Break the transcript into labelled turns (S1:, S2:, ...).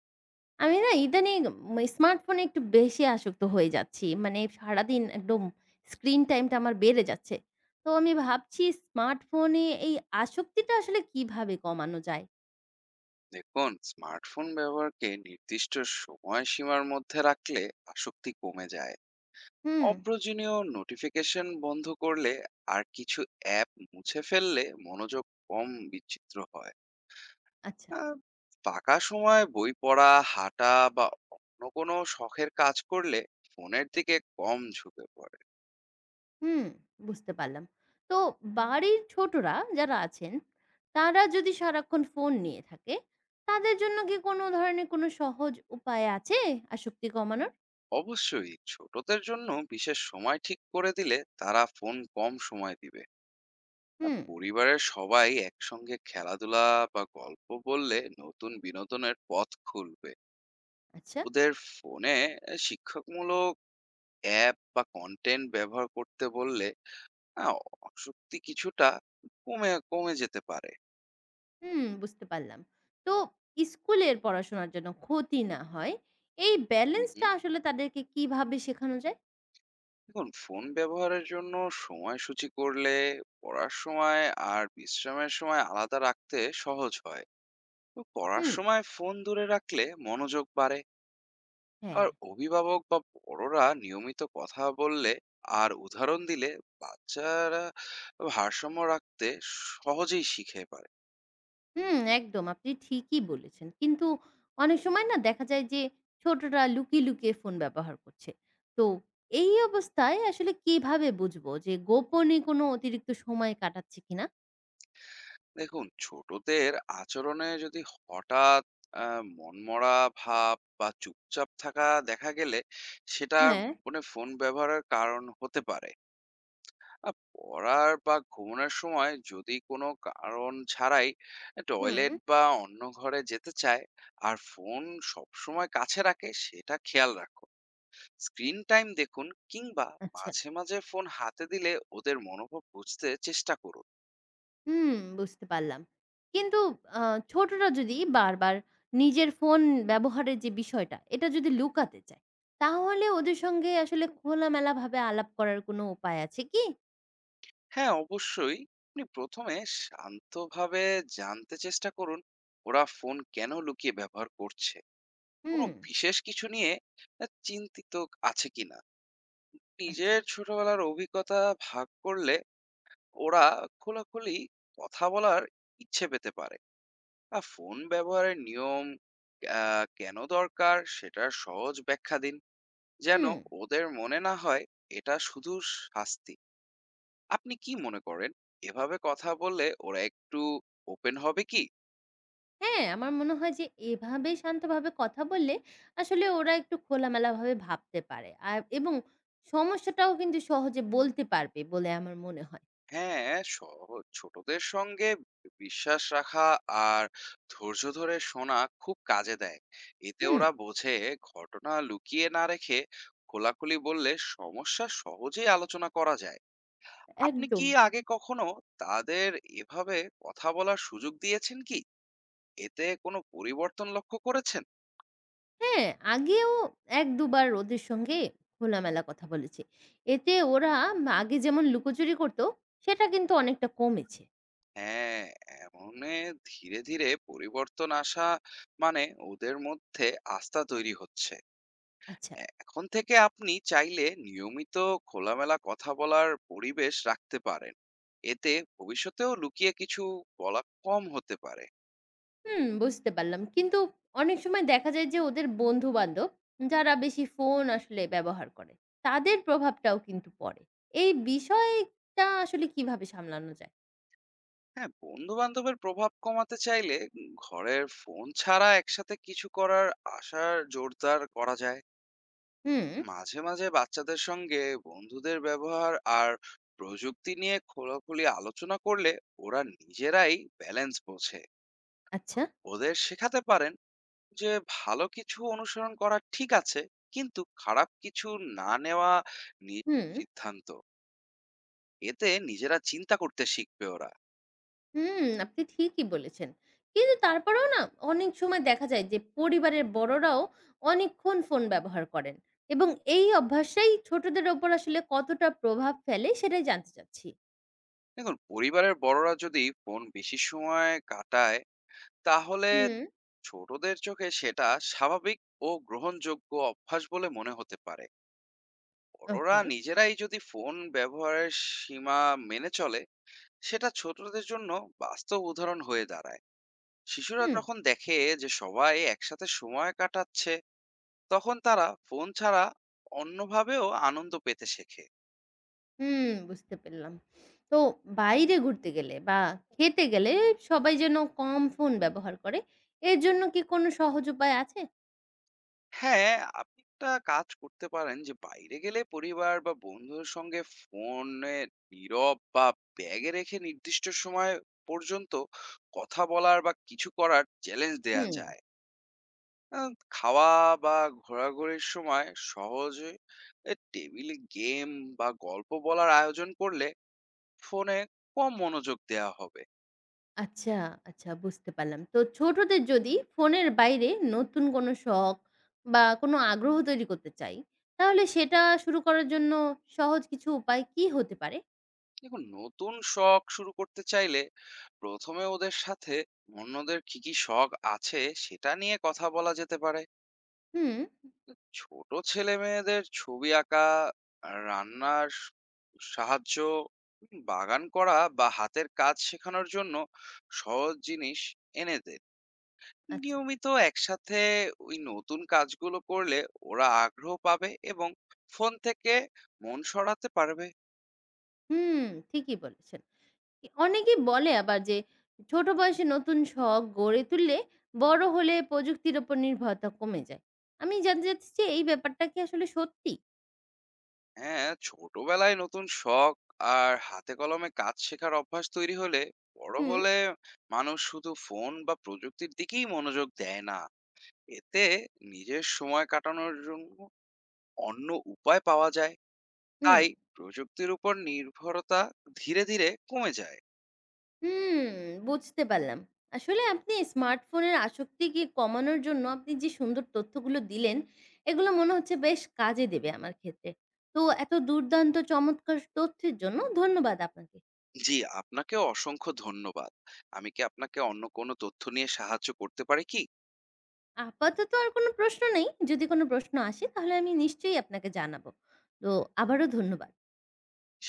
S1: আমি না ইদানিং স্মার্টফোনে একটু বেশি আসক্ত হয়ে যাচ্ছি। মানে সারাদিন একদম স্ক্রিন টাইমটা আমার বেড়ে যাচ্ছে। তো আমি ভাবছি স্মার্টফোনে এই আসক্তিটা আসলে কিভাবে কমানো যায়?
S2: দেখুন, স্মার্টফোন ব্যবহারকে নির্দিষ্ট সময়সীমার মধ্যে রাখলে আসক্তি কমে যায়।
S1: হুম,
S2: অপ্রয়োজনীয় নোটিফিকেশন বন্ধ করলে আর কিছু অ্যাপ মুছে ফেললে মনোযোগ কম বিচিত্র হয়।
S1: আচ্ছা।
S2: আহ, ফাঁকা সময় বই পড়া, হাঁটা বা অন্য কোনো শখের কাজ করলে ফোনের দিকে কম ঝুঁকে পড়ে।
S1: হুম, বুঝতে পারলাম। তো বাড়ির ছোটরা যারা আছেন, তারা যদি সারাক্ষণ ফোন নিয়ে থাকে, তাদের জন্য কি কোনো ধরনের কোনো সহজ উপায় আছে আসক্তি কমানোর?
S2: অবশ্যই ছোটদের জন্য বিশেষ সময় ঠিক করে দিলে তারা ফোন কম সময় দিবে।
S1: হুম,
S2: পরিবারের সবাই একসঙ্গে খেলাধুলা বা গল্প বললে নতুন বিনোদনের পথ খুলবে।
S1: আচ্ছা।
S2: ওদের ফোনে শিক্ষামূলক অ্যাপ বা কনটেন্ট ব্যবহার করতে বললে আ আসক্তি কিছুটা কমে কমে যেতে পারে।
S1: হুম, বুঝতে পারলাম। তো স্কুলের পড়াশোনার জন্য ক্ষতি না হয়, এই
S2: হু, হু।
S1: ব্যালেন্সটা আসলে তাদেরকে কিভাবে শেখানো যায়?
S2: দেখুন, ফোন ব্যবহারের জন্য সময়সূচি করলে পড়ার সময় আর বিশ্রামের সময় আলাদা রাখতে সহজ হয়। তো পড়ার
S1: হুম,
S2: সময় ফোন দূরে রাখলে মনোযোগ বাড়ে।
S1: হ্যাঁ,
S2: আর অভিভাবক বা বড়রা নিয়মিত কথা বললে আর উদাহরণ দিলে বাচ্চারা ভারসাম্য রাখতে সহজেই শিখে পারে।
S1: হুম, একদম আপনি ঠিকই বলেছেন। কিন্তু অনেক সময় না দেখা যায় যে ছোটরা লুকিয়ে, লুকিয়ে ফোন ব্যবহার করছে। তো এই অবস্থায় আসলে কিভাবে বুঝবো যে গোপনে কোনো অতিরিক্ত সময় কাটাচ্ছে কিনা?
S2: দেখুন, ছোটদের আচরণে যদি হঠাৎ মনমরা ভাব বা চুপচাপ থাকা দেখা গেলে সেটা
S1: হ্যাঁ।
S2: মানে ফোন ব্যবহারের কারণ হতে পারে। পড়ার বা ঘুমানোর সময় যদি কোনো কারণ ছাড়াই
S1: হুম,
S2: টয়লেট বা অন্য ঘরে যেতে চায় আর ফোন সবসময় কাছে রাখে, সেটা খেয়াল রাখুন। স্ক্রিন টাইম দেখুন কিংবা
S1: আচ্ছা।
S2: মাঝে মাঝে ফোন হাতে দিলে ওদের মনোভাব বুঝতে চেষ্টা করুন।
S1: হুম, বুঝতে পারলাম। কিন্তু আ ছোটরা যদি বারবার নিজের ফোন ব্যবহারের যে বিষয়টা, এটা যদি লুকাতে চায়, তাহলে ওদের সঙ্গে আসলে খোলামেলাভাবে আলাপ করার কোনো উপায় আছে কি?
S2: হ্যাঁ, অবশ্যই। আপনি ১ম এ শান্তভাবে জানতে চেষ্টা করুন ওরা ফোন কেন লুকিয়ে ব্যবহার করছে, কোনো
S1: হুম,
S2: বিশেষ কিছু নিয়ে চিন্তিত আছে কিনা।
S1: আচ্ছা।
S2: নিজের ছোটবেলার অভিজ্ঞতা ভাগ করলে ওরা খোলাখুলি কথা বলার ইচ্ছে পেতে পারে। আর ফোন ব্যবহারের নিয়ম কেন দরকার সেটা সহজ ব্যাখ্যা দিন, যেন
S1: হুম,
S2: ওদের মনে না হয় এটা শুধু শাস্তি। আপনি কি মনে করেন এভাবে কথা বললে ওরা একটু ওপেন হবে কি?
S1: হ্যাঁ, আমার মনে হয় যে এভাবে শান্তভাবে কথা বললে আসলে ওরা একটু খোলামেলাভাবে ভাবতে পারে। আর এবং সমস্যাটাও কিন্তু সহজে বলতে পারবে বলে আমার মনে হয়।
S2: হ্যাঁ, সহজ। ছোটদের সঙ্গে বিশ্বাস রাখা আর ধৈর্য ধরে শোনা খুব কাজে দেয়। এতে
S1: হুম,
S2: ওরা বোঝে ঘটনা লুকিয়ে না রেখে খোলাখুলি বললে সমস্যা সহজেই আলোচনা করা যায়। আপনি
S1: একদম।
S2: কি আগে কখনো তাদের এভাবে কথা বলার সুযোগ দিয়েছেন কি? এতে কোনো পরিবর্তন লক্ষ্য করেছেন?
S1: হ্যাঁ, আগেও ১-২ বার ওদের সঙ্গে খোলামেলা কথা বলেছি। এতে ওরা আগে যেমন লুকোচুরি করত, সেটা কিন্তু অনেকটা কমেছে।
S2: হ্যাঁ, এমনে ধীরে ধীরে পরিবর্তন আসা মানে ওদের মধ্যে আস্থা তৈরি হচ্ছে।
S1: আচ্ছা,
S2: এখন থেকে আপনি চাইলে নিয়মিত খোলামেলা কথা বলার পরিবেশ রাখতে পারেন। এতে ভবিষ্যতেও লুকিয়ে কিছু বলা কম হতে পারে।
S1: হুম, বুঝতে পারলাম। কিন্তু অনেক সময় দেখা যায় যে ওদের বন্ধু-বান্ধব যারা বেশি ফোন আসলে ব্যবহার করে, তাদের প্রভাবটাও কিন্তু পড়ে। এই বিষয়টা আসলে কিভাবে সামলানো যায়?
S2: হ্যাঁ, বন্ধু-বান্ধবের প্রভাব কমাতে চাইলে ঘরের ফোন ছাড়া একসাথে কিছু করার আশা জোরদার করা যায়।
S1: হুম,
S2: মাঝে মাঝে বাচ্চাদের সঙ্গে বন্ধুদের ব্যবহার আর প্রযুক্তি নিয়ে খোলাখুলি আলোচনা করলে ওরা নিজেরাই ব্যালেন্স বোঝে।
S1: আচ্ছা,
S2: ওদের শেখাতে পারেন যে ভালো কিছু অনুসরণ করা ঠিক আছে, কিন্তু খারাপ কিছু না নেওয়া নিজ
S1: হুম।
S2: সিদ্ধান্ত। এতে নিজেরা চিন্তা করতে শিখবে ওরা।
S1: হুম, আপনি ঠিকই বলেছেন। কিন্তু তারপরেও না অনেক সময় দেখা যায় যে পরিবারের বড়রাও অনেকক্ষণ ফোন ব্যবহার করেন এবং
S2: হুম।
S1: এই অভ্যাসটাই ছোটদের ওপর আসলে কতটা প্রভাব ফেলে সেটাই জানতে চাচ্ছি।
S2: দেখুন, পরিবারের বড়রা যদি ফোন বেশি সময় কাটায়, তাহলে
S1: হুম,
S2: ছোটদের চোখে সেটা স্বাভাবিক ও গ্রহণযোগ্য অভ্যাস বলে মনে হতে পারে। বড়রা
S1: ওকে।
S2: নিজেরাই যদি ফোন ব্যবহারের সীমা মেনে চলে, সেটা ছোটদের জন্য বাস্তব উদাহরণ হয়ে দাঁড়ায়। শিশুরা
S1: হুম,
S2: যখন দেখে যে সবাই একসাথে সময় কাটাচ্ছে, তখন তারা ফোন ছাড়া অন্যভাবেও আনন্দ পেতে শেখে।
S1: হুম, বুঝতে পেরলাম। তো বাইরে ঘুরতে গেলে বা খেতে গেলে সবাই যেন কম ফোন ব্যবহার করে, এর জন্য কি কোনো সহজ উপায় আছে?
S2: হ্যাঁ, আপনি একটা কাজ করতে পারেন যে বাইরে গেলে পরিবার বা বন্ধুদের সঙ্গে ফোনে নীরব বা ব্যাগে রেখে নির্দিষ্ট সময় পর্যন্ত কথা বলার বা কিছু করার চ্যালেঞ্জ দেয়া
S1: হুম।
S2: যায়। আহ, খাওয়া বা ঘোরাঘুরির সময় সহজে টেবিলে গেম বা গল্প বলার আয়োজন করলে ফোনে কম মনোযোগ দেয়া হবে।
S1: আচ্ছা, আচ্ছা বুঝতে পারলাম। তো ছোটদের যদি ফোনের বাইরে নতুন কোনো শখ বা কোনো আগ্রহ তৈরি করতে চাই, তাহলে সেটা শুরু করার জন্য সহজ কিছু উপায় কি হতে পারে?
S2: দেখুন, নতুন শখ শুরু করতে চাইলে প্রথমে ওদের সাথে অন্যদের কি কি শখ আছে সেটা নিয়ে কথা বলা যেতে পারে।
S1: হুম,
S2: ছোট ছেলে মেয়েদের ছবি আঁকা, রান্নার স- সাহায্য, বাগান করা বা হাতের কাজ শেখানোর জন্য সহজ জিনিস এনে দেন।
S1: আচ্ছা।
S2: নিয়মিত একসাথে ওই নতুন কাজগুলো করলে ওরা আগ্রহ পাবে এবং ফোন থেকে মন সরাতে পারবে।
S1: হুম, ঠিকই বলেছেন। এ অনেকেই বলে আবার যে ছোট বয়সে নতুন শখ গড়ে তুললে বড় হলে প্রযুক্তির উপর নির্ভরতা কমে যায়। আমি জানতে চাচ্ছি যে এই ব্যাপারটা কি আসলে সত্যি?
S2: হ্যাঁ, ছোটবেলায় নতুন শখ আর হাতে কলমে কাজ শেখার অভ্যাস তৈরি হলে বড়
S1: হুম,
S2: হলে মানুষ শুধু ফোন বা প্রযুক্তির দিকেই মনোযোগ দেয় না। এতে নিজের সময় কাটানোর জন্য অন্য উপায় পাওয়া যায়।
S1: হুম।
S2: তাই প্রযুক্তির উপর নির্ভরতা ধীরে ধীরে কমে যায়।
S1: হুম, বুঝতে পারলাম। আসলে আপনি স্মার্টফোনের আসক্তিকে কমানোর জন্য আপনি যে সুন্দর তথ্যগুলো দিলেন, এগুলো মনে হচ্ছে বেশ কাজে দেবে আমার ক্ষেত্রে। তো এত দুর্দান্ত চমৎকার তথ্যের জন্য ধন্যবাদ আপনাকে।
S2: জি, আপনাকে অসংখ্য ধন্যবাদ। আমি কি আপনাকে অন্য কোনো তথ্য নিয়ে সাহায্য করতে পারি কি?
S1: আপাতত আর কোনো প্রশ্ন নেই। যদি কোনো প্রশ্ন আসে তাহলে আমি নিশ্চয়ই আপনাকে জানাবো। তো আবারও ধন্যবাদ।